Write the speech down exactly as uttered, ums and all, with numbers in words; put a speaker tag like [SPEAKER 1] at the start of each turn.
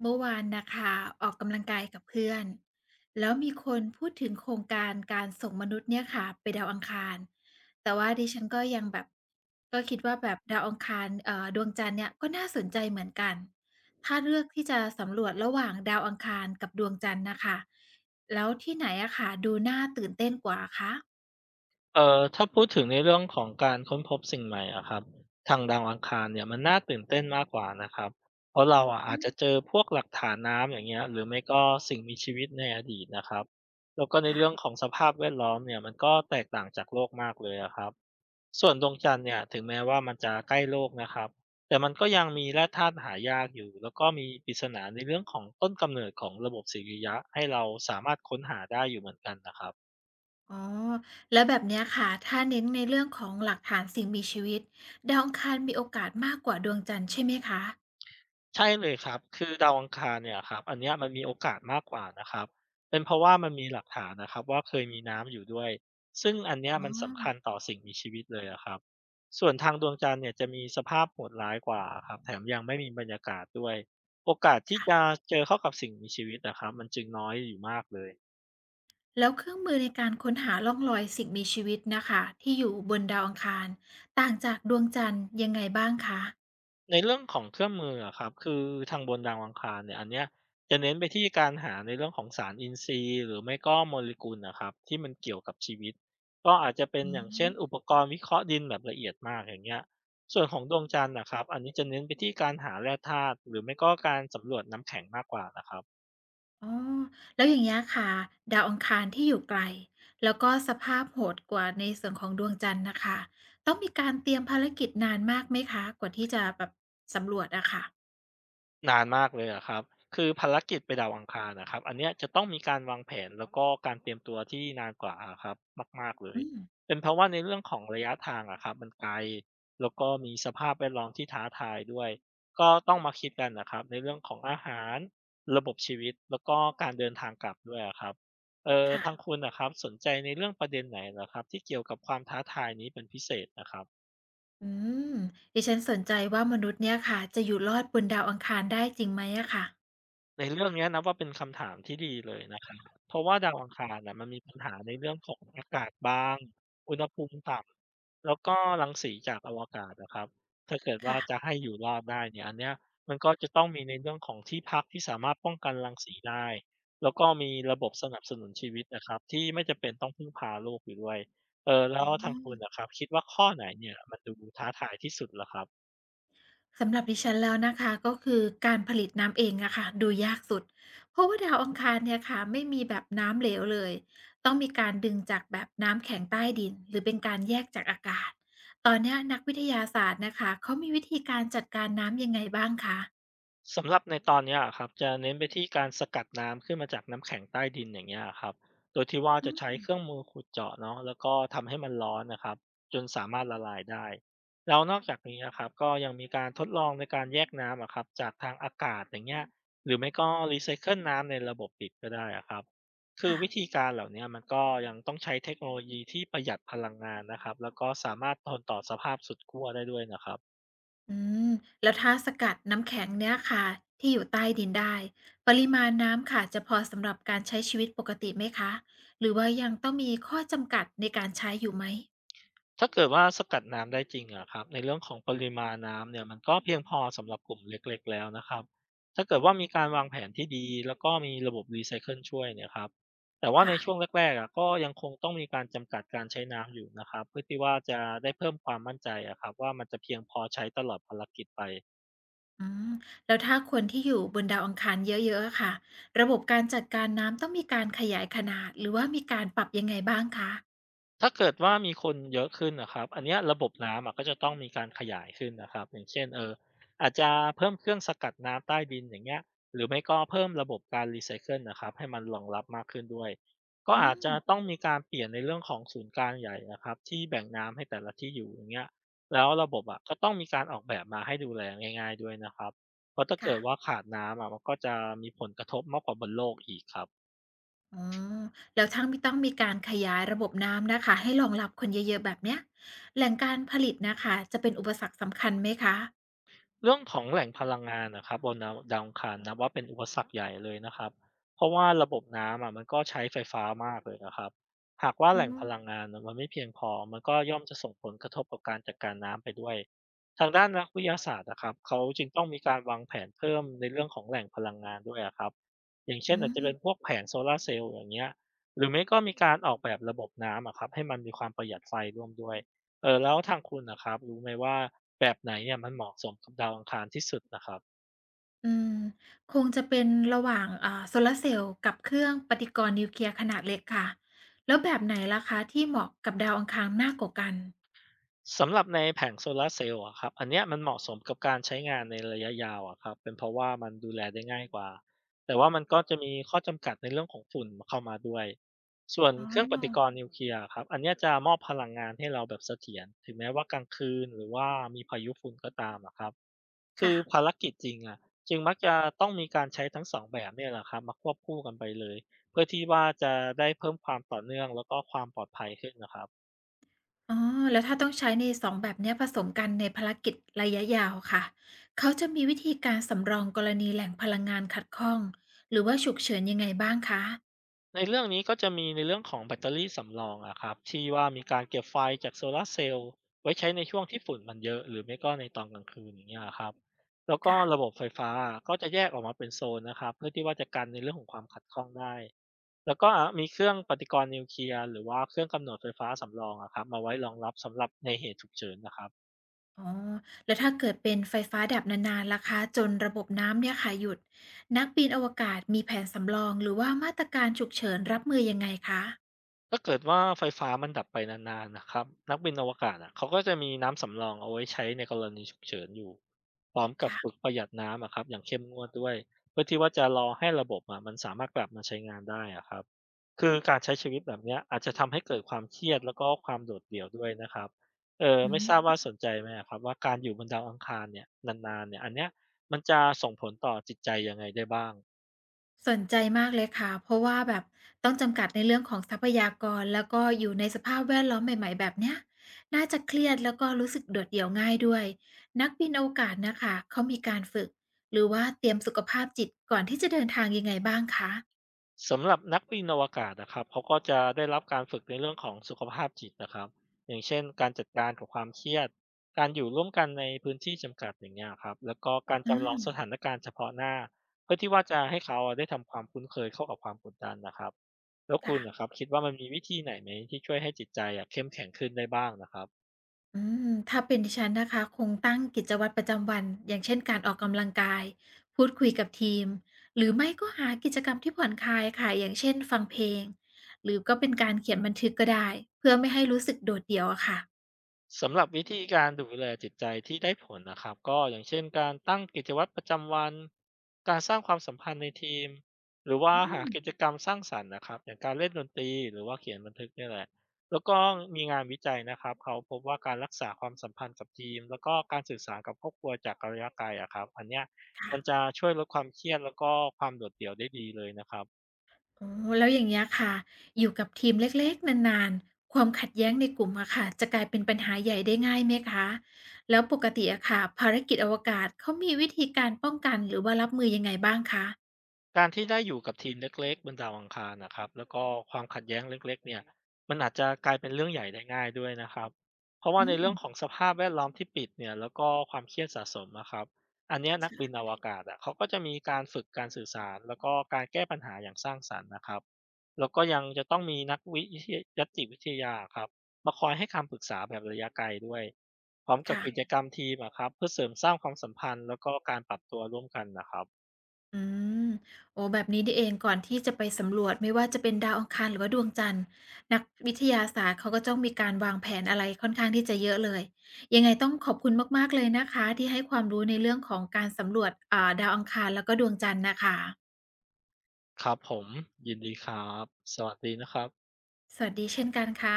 [SPEAKER 1] เมื่อวานนะคะออกกำลังกายกับเพื่อนแล้วมีคนพูดถึงโครงการการส่งมนุษย์เนี่ยค่ะไปดาวอังคารแต่ว่าดิฉันก็ยังแบบก็คิดว่าแบบดาวอังคารเอ่อดวงจันทร์เนี่ยก็น่าสนใจเหมือนกันถ้าเลือกที่จะสำรวจระหว่างดาวอังคารกับดวงจันทร์นะคะแล้วที่ไหนอะค่ะดูน่าตื่นเต้นกว่าคะ
[SPEAKER 2] เอ่อถ้าพูดถึงในเรื่องของการค้นพบสิ่งใหม่อะครับทางดาวอังคารเนี่ยมันน่าตื่นเต้นมากกว่านะครับเพราะเราอะอา
[SPEAKER 1] อื
[SPEAKER 2] จ
[SPEAKER 1] ม
[SPEAKER 2] จะเจอพวกหลักฐานน้ำอย่างเงี้ยหรือไม่ก็สิ่งมีชีวิตในอดีตนะครับแล้วก็ในเรื่องข
[SPEAKER 1] ค่ะ
[SPEAKER 2] องสภาพแวดล้อมเนี่ยมันก็แตกต่างจากโลกมากเลยอะครับส่วนดวงจันทร์เนี่ยถึงแม้ว่ามันจะใกล้โลกนะครับแต่มันก็ยังมีแร่ธาตุหายากอยู่แล้วก็มีปริศนาในเรื่องของต้นกำเนิดของระบบสิริยะให้เราสามารถค้นหาได้อยู่เหมือนกันนะครับ
[SPEAKER 1] อ๋อแล้วแบบเนี้ยค่ะถ้าเน้นในเรื่องของหลักฐานสิ่งมีชีวิตดาวอังคารมีโอกาสมากกว่าดวงจันทร์ใช่ไหมคะ
[SPEAKER 2] ใช่เลยครับคือดาวอังคารเนี่ยครับอันเนี้ยมันมีโอกาสมากกว่านะครับเป็นเพราะว่ามันมีหลักฐานนะครับว่าเคยมีน้ำอยู่ด้วย ซึ่งอันเนี้ย
[SPEAKER 1] อ๋
[SPEAKER 2] มันสำคัญ
[SPEAKER 1] อ
[SPEAKER 2] ต่อสิ่งมีชีวิตเลยอะครับส่วนทางดวงจันทร์เนี่ยจะมีสภาพโหดร้ายกว่าครับแถมยังไม่มีบรรยากาศด้วย โอกาสที่จะ
[SPEAKER 1] ค่ะ
[SPEAKER 2] เจอเข้ากับสิ่งมีชีวิตนะครับมันจึงน้อยอยู่มากเลย
[SPEAKER 1] แล้วเครื่องมือในการค้นหาร่องรอยสิ่งมีชีวิตนะคะที่อยู่บนดาวอังคารต่างจากดวงจันทร์ยังไงบ้างคะ
[SPEAKER 2] ในเรื่องของเครื่องมืออะครับคือทางบนดาวอังคารเนี่ยอันเนี้ยจะเน้นไปที่การหาในเรื่องของสารอินทรีย์หรือไม่ก็โมเลกุลนะครับที่มันเกี่ยวกับชีวิตก็อาจจะเป็น
[SPEAKER 1] อื
[SPEAKER 2] อย่างเช่นอุป
[SPEAKER 1] ม
[SPEAKER 2] กรณ์วิเคราะห์ดินแบบละเอียดมากอย่างเงี้ยส่วนของดวงจันทร์นะครับอันนี้จะเน้นไปที่การหาแร่ธาตุหรือไม่ก็การสำรวจน้ำแข็งมากกว่านะครับ
[SPEAKER 1] อ๋อแล้วอย่างเงี้ยค่ะดาวอังคารที่อยู่ไกลแล้วก็สภาพโหดกว่าในส่วนของดวงจันทร์น่ะค่ะต้องมีการเตรียมภารกิจนานมากไหมคะกว่าที่จะแบบสำรวจอะค่ะ
[SPEAKER 2] นานมากเลยอะครับคือภารกิจไปดาวอังคารอะครับอันเนี้ยจะต้องมีการวางแผนแล้วก็การเตรียมตัวที่นานกว่าอะครับมากๆเลย
[SPEAKER 1] อืม
[SPEAKER 2] เป็นเพราะว่าในเรื่องของระยะทางอะครับมันไกลแล้วก็มีสภาพแวดล้อมที่ท้าทายด้วยก็ต้องมาคิดกันนะครับในเรื่องของอาหารระบบชีวิตแล้วก็การเดินทางกลับด้วยอะครับเอ่อทาง
[SPEAKER 1] ค่ะ
[SPEAKER 2] คุณน่ะครับสนใจในเรื่องประเด็นไหนเหรอครับที่เกี่ยวกับความท้าทายนี้เป็นพิเศษน่ะครับ
[SPEAKER 1] อืมดิฉันสนใจว่ามนุษย์เนี่ยค่ะจะอยู่รอดบนดาวอังคารได้จริงไหมอะค่ะ
[SPEAKER 2] ในเรื่องเนี้ยนับว่าเป็นคำถามที่ดีเลยนะครับเพราะว่าดาวอังคารน่ะมันมีปัญหาในเรื่องของอากาศบางอุณหภูมิต่ำแล้วก็รังสีจากอวกาศนะครับถ้าเกิดว่า
[SPEAKER 1] ค่ะ
[SPEAKER 2] จะให้อยู่รอดได้เนี่ยอันเนี้ยมันก็จะต้องมีในเรื่องของที่พักที่สามารถป้องกันรังสีได้แล้วก็มีระบบสนับสนุนชีวิตนะครับที่ไม่จำเป็นต้องพึ่งพาโลกอยู่ด้วยเออแล้
[SPEAKER 1] อ๋
[SPEAKER 2] วทางคุณ
[SPEAKER 1] อ
[SPEAKER 2] ล่ะครับคิดว่าข้อไหนเนี่ยมันดูท้าทายที่สุดเหรอครับ
[SPEAKER 1] สำหรับดิฉันแล้วนะคะก็คือการผลิตน้ำเองอะค่ะดูยากสุดเพราะว่าดาวอังคารเนี่ยค่ะไม่มีแบบน้ำเหลวเลยต้องมีการดึงจากแบบน้ำแข็งใต้ดินหรือเป็นการแยกจากอากาศตอนเนี้ยนักวิทยาศาสตร์นะคะเขามีวิธีการจัดการน้ำยังไงบ้างคะ
[SPEAKER 2] สำหรับในตอนเนี้ยครับจะเน้นไปที่การสกัดน้ำขึ้นมาจากน้ำแข็งใต้ดินอย่างเงี้ยครับโดยที่ว่า
[SPEAKER 1] อื
[SPEAKER 2] จะใช้
[SPEAKER 1] ม
[SPEAKER 2] เครื่องมือขุดเจาะเนาะแล้วก็ทำให้มันร้อนนะครับจนสามารถละลายได้แล้วนอกจากนี้นะครับก็ยังมีการทดลองในการแยกน้ำอะครับจากทางอากาศอย่างเงี้ยหรือไม่ก็รีไซเคิลน้ำในระบบปิดก็ได้อะครับคือ
[SPEAKER 1] ค่ะ
[SPEAKER 2] วิธีการเหล่าเนี้ยมันก็ยังต้องใช้เทคโนโลยีที่ประหยัดพลังงานนะครับแล้วก็สามารถทนต่อสภาพสุดขั้วได้ด้วยนะครับ
[SPEAKER 1] อืมแล้วถ้าสกัดน้ำแข็งเนี่ยค่ะที่อยู่ใต้ดินได้ปริมาณน้ำค่ะจะพอสำหรับการใช้ชีวิตปกติไหมคะหรือว่ายังต้องมีข้อจำกัดในการใช้อยู่ไหม
[SPEAKER 2] ถ้าเกิดว่าสกัดน้ำได้จริงอะครับในเรื่องของปริมาณน้ำเนี่ยมันก็เพียงพอสำหรับกลุ่มเล็กๆแล้วนะครับถ้าเกิดว่ามีการวางแผนที่ดีแล้วก็มีระบบรีไซเคิลช่วยเนี่ยครับแต่ว่าใน
[SPEAKER 1] ค่ะ
[SPEAKER 2] ช่วงแรกๆอะก็ยังคงต้องมีการจำกัดการใช้น้ำอยู่นะครับเพื่อที่ว่าจะได้เพิ่มความมั่นใจอะครับว่ามันจะเพียงพอใช้ตลอดภารกิจไป
[SPEAKER 1] อืมแล้วถ้าคนที่อยู่บนดาวอังคารเยอะๆอะค่ะระบบการจัดการน้ำต้องมีการขยายขนาดหรือว่ามีการปรับยังไงบ้างคะ
[SPEAKER 2] ถ้าเกิดว่ามีคนเยอะขึ้นนะครับอันเนี้ยระบบน้ำอะก็จะต้องมีการขยายขึ้นนะครับอย่างเช่นเอออาจจะเพิ่มเครื่องสกัดน้ำใต้ดินอย่างเงี้ยหรือไม่ก็เพิ่มระบบการรีไซเคิลนะครับให้มันรองรับมากขึ้นด้วยก็
[SPEAKER 1] อื
[SPEAKER 2] อาจ
[SPEAKER 1] ม
[SPEAKER 2] จะต้องมีการเปลี่ยนในเรื่องของศูนย์กลางใหญ่นะครับที่แบ่งน้ำให้แต่ละที่อยู่อย่างเงี้ยแล้วระบบอะก็ต้องมีการออกแบบมาให้ดูแลง่ายๆด้วยนะครับเพราะถ้า
[SPEAKER 1] ค่ะ
[SPEAKER 2] เกิดว่าขาดน้ำอะมันก็จะมีผลกระทบมากกว่าบนโลกอีกครับ
[SPEAKER 1] อ๋อแล้วทั้ามีต้องมีการขยายระบบน้ำนะคะให้รองรับคนเยอะๆแบบเนี้ยแหล่งการผลิตนะค่ะจะเป็นอุปสรรคสำคัญไหมคะ
[SPEAKER 2] เรื่องของแหล่งพลังงานนะครับบนดาวดาวอังคารนับว่าเป็นอุปสรรคใหญ่เลยนะครับเพราะว่าระบบน้ำอะมันก็ใช้ไฟฟ้ามากเลยนะครับหากว่า
[SPEAKER 1] อื
[SPEAKER 2] แหล่ง
[SPEAKER 1] ม
[SPEAKER 2] พลังงานน่ะมันไม่เพียงพอมันก็ย่อมจะส่งผลกระทบกับการจัดการน้ำไปด้วยทางด้านนักวิทยาศาสตร์นะครับเขาจึงต้องมีการวางแผนเพิ่มในเรื่องของแหล่งพลังงานด้วยอะครับอย่างเช่
[SPEAKER 1] อื
[SPEAKER 2] นอาจจะ
[SPEAKER 1] ม
[SPEAKER 2] เป็นพวกแผงโซลาร์เซลล์อย่างเงี้ยหรือไม่ก็มีการออกแบบระบบน้ำอะครับให้มันมีความประหยัดไฟร่วมด้วย เออแล้วทางคุณนะครับรู้ไหมว่าแบบไหนเนี่ยมันเหมาะสมกับดาวอังคารที่สุดนะครับ
[SPEAKER 1] อืมคงจะเป็นระหว่างอ่าโซลาร์เซลล์กับเครื่องปฏิกรณ์นิวเคลียร์ขนาดเล็กค่ะแล้วแบบไหนล่ะคะที่เหมาะกับดาวอังคารมากกว่ากัน
[SPEAKER 2] สำหรับในแผงโซลาร์เซลล์อะครับอันเนี้ยมันเหมาะสมกับการใช้งานในระยะยาวอะครับเป็นเพราะว่ามันดูแลได้ง่ายกว่าแต่ว่ามันก็จะมีข้อจำกัดในเรื่องของฝุ่นเข้ามาด้วยส่วน
[SPEAKER 1] อ๋อ
[SPEAKER 2] เครื่องปฏิกรณ์นิวเคลียร์อครับอันเนี้ยจะมอบพลังงานให้เราแบบเสถียรถึงแม้ว่ากลางคืนหรือว่ามีพายุฝุ่นก็ตามอะครับ คื
[SPEAKER 1] ค่ะ
[SPEAKER 2] อภารกิจจริงอะจึงมักจะต้องมีการใช้ทั้งสองแบบเนี่ยแหละครับมาควบคู่กันไปเลยเพื่อที่ว่าจะได้เพิ่มความต่อเนื่องแล้วก็ความปลอดภัยขึ้นนะครับ
[SPEAKER 1] อ๋อแล้วถ้าต้องใช้ในสองแบบเนี้ยผสมกันในภารกิจระยะยาวค่ะ เขาจะมีวิธีการสำรองกรณีแหล่งพลังงานขัดข้องหรือว่าฉุกเฉินยังไงบ้างคะ
[SPEAKER 2] ในเรื่องนี้ก็จะมีในเรื่องของแบตเตอรี่สำรองอะครับที่ว่ามีการเก็บไฟจากโซลาร์เซลล์ไว้ใช้ในช่วงที่ฝุ่นมันเยอะหรือไม่ก็ในตอนกลางคืนอย่างเงี้ยครับแล้วก็
[SPEAKER 1] ค่ะ
[SPEAKER 2] ระบบไฟฟ้าก็จะแยกออกมาเป็นโซนนะครับเพื่อที่ว่าจะกันในเรื่องของความขัดข้องได้แล้วก็มีเครื่องปฏิกรณ์นิวเคลียร์หรือว่าเครื่องกำเนิดไฟฟ้าสำรองอะครับมาไว้รองรับสำหรับในเหตุฉุกเฉินนะครับ
[SPEAKER 1] อ๋อแล้วถ้าเกิดเป็นไฟฟ้าดับนานๆล่ะคะจนระบบน้ำเนี่ยค่ะหยุดนักบินอวกาศมีแผนสำรองหรือว่ามาตรการฉุกเฉินรับมือยังไงคะ
[SPEAKER 2] ถ้าเกิดว่าไฟฟ้ามันดับไปนานๆนะครับนักบินอวกาศอะเขาก็จะมีน้ำสำรองเอาไว้ใช้ในกรณีฉุกเฉินอยู่พร้อมกับฝึก
[SPEAKER 1] ค่ะ
[SPEAKER 2] ประหยัดน้ำอะครับอย่างเข้มงวดด้วยเพื่อที่ว่าจะรอให้ระบบอะมันสามารถกลับมาใช้งานได้อะครับคือการใช้ชีวิตแบบเนี้ยอาจจะทำให้เกิดความเครียดแล้วก็ความโดดเดี่ยวด้วยนะครับเออ
[SPEAKER 1] อื
[SPEAKER 2] ไม่ทราบ
[SPEAKER 1] ม
[SPEAKER 2] ว่าสนใจไหมอะครับว่าการอยู่บนดาวอังคารเนี่ยนานๆเนี่ยอันเนี้ยมันจะส่งผลต่อจิตใจยังไงได้บ้าง
[SPEAKER 1] สนใจมากเลยค่ะเพราะว่าแบบต้องจำกัดในเรื่องของทรัพยากรแล้วก็อยู่ในสภาพแวดล้อมใหม่ๆแบบเนี้ยน่าจะเครียดแล้วก็รู้สึกโดดเดี่ยวง่ายด้วยนักบินอวกาศนะคะเขามีการฝึกหรือว่าเตรียมสุขภาพจิตก่อนที่จะเดินทางยังไงบ้างคะ
[SPEAKER 2] สำหรับนักบินอวกาศนะครับเขาก็จะได้รับการฝึกในเรื่องของสุขภาพจิตนะครับอย่างเช่นการจัดการกับความเครียดการอยู่ร่วมกันในพื้นที่จำกัดอย่างเงี้ยครับแล้วก็การ
[SPEAKER 1] อื
[SPEAKER 2] จำลองสถา
[SPEAKER 1] ม
[SPEAKER 2] นการณ์เฉพาะหน้าเพื่อที่ว่าจะให้เขาอะได้ทำความคุ้นเคยเข้ากับความกดดันนะครับแล้วคุ
[SPEAKER 1] ค่ะ
[SPEAKER 2] ณนะครับคิดว่ามันมีวิธีไหนไหมที่ช่วยให้จิตใจอะเข้มแข็งขึ้นได้บ้างนะครับ
[SPEAKER 1] อืมถ้าเป็นดิฉันนะคะคงตั้งกิจวัตรประจำวันอย่างเช่นการออกกำลังกายพูดคุยกับทีมหรือไม่ก็หากิจกรรมที่ผ่อนคลายค่ะอย่างเช่นฟังเพลงหรือก็เป็นการเขียนบันทึกก็ได้เพื่อไม่ให้รู้สึกโดดเดี่ยวอะค่ะ
[SPEAKER 2] สำหรับวิธีการดูแลจิตใจที่ได้ผลนะครับก็อย่างเช่นการตั้งกิจวัตรประจำวันการสร้างความสัมพันธ์ในทีมหรือว่า
[SPEAKER 1] อื
[SPEAKER 2] หา
[SPEAKER 1] ม
[SPEAKER 2] กิจกรรมสร้างสรรค์นะครับอย่างการเล่นดนตรีหรือว่าเขียนบันทึกเนี่ยแหละแล้วก็มีงานวิจัยนะครับเขาพบว่าการรักษาความสัมพันธ์กับทีมแล้วก็การสื่อสารกับครอบครัวจากระยะไกลอะครับอันเนี้ยมัน
[SPEAKER 1] ค่ะ
[SPEAKER 2] จะช่วยลดความเครียดแล้วก็ความโดดเดี่ยวได้ดีเลยนะครับ
[SPEAKER 1] โอแล้วอย่างเงี้ยค่ะอยู่กับทีมเล็กๆนานๆความขัดแย้งในกลุ่มอะค่ะจะกลายเป็นปัญหาใหญ่ได้ง่ายไหมคะแล้วปกติอะค่ะภารกิจอวกาศเขามีวิธีการป้องกันหรือว่ารับมือยังไงบ้างคะ
[SPEAKER 2] การที่ได้อยู่กับทีมเล็กๆบนดาวอังคารนะครับแล้วก็ความขัดแย้งเล็กๆเนี่ยมันอาจจะกลายเป็นเรื่องใหญ่ได้ง่ายด้วยนะครับเพราะว่า
[SPEAKER 1] อื
[SPEAKER 2] ใน
[SPEAKER 1] ม
[SPEAKER 2] เรื่องของสภาพแวดล้อมที่ปิดเนี่ยแล้วก็ความเครียดสะสมนะครับอันเนี้ยนักบิ
[SPEAKER 1] ใช่
[SPEAKER 2] นอวกาศอ่ะเขาก็จะมีการฝึกการสื่อสารแล้วก็การแก้ปัญหาอย่างสร้างสรรค์นะครับแล้วก็ยังจะต้องมีนักวิทยายตติวิทยาครับมาคอยให้คำปรึกษาแบบระยะไกลด้วยพร้อมกับ
[SPEAKER 1] ค่ะ
[SPEAKER 2] กิจกรรมทีมอะครับเพื่อเสริมสร้างความสัมพันธ์แล้วก็การปรับตัวร่วมกันนะครับ
[SPEAKER 1] อืมโอ้แบบนี้นี่เองก่อนที่จะไปสำรวจไม่ว่าจะเป็นดาวอังคารหรือว่าดวงจันทร์นักวิทยาศาสตร์เขาก็ต้องมีการวางแผนอะไรค่อนข้างที่จะเยอะเลยยังไงต้องขอบคุณมากๆเลยนะคะที่ให้ความรู้ในเรื่องของการสำรวจอ่าดาวอังคารแล้วก็ดวงจันทร์นะคะ
[SPEAKER 2] ครับผมยินดีครับสวัสดีนะครับ
[SPEAKER 1] สวัสดีเช่นกันค่ะ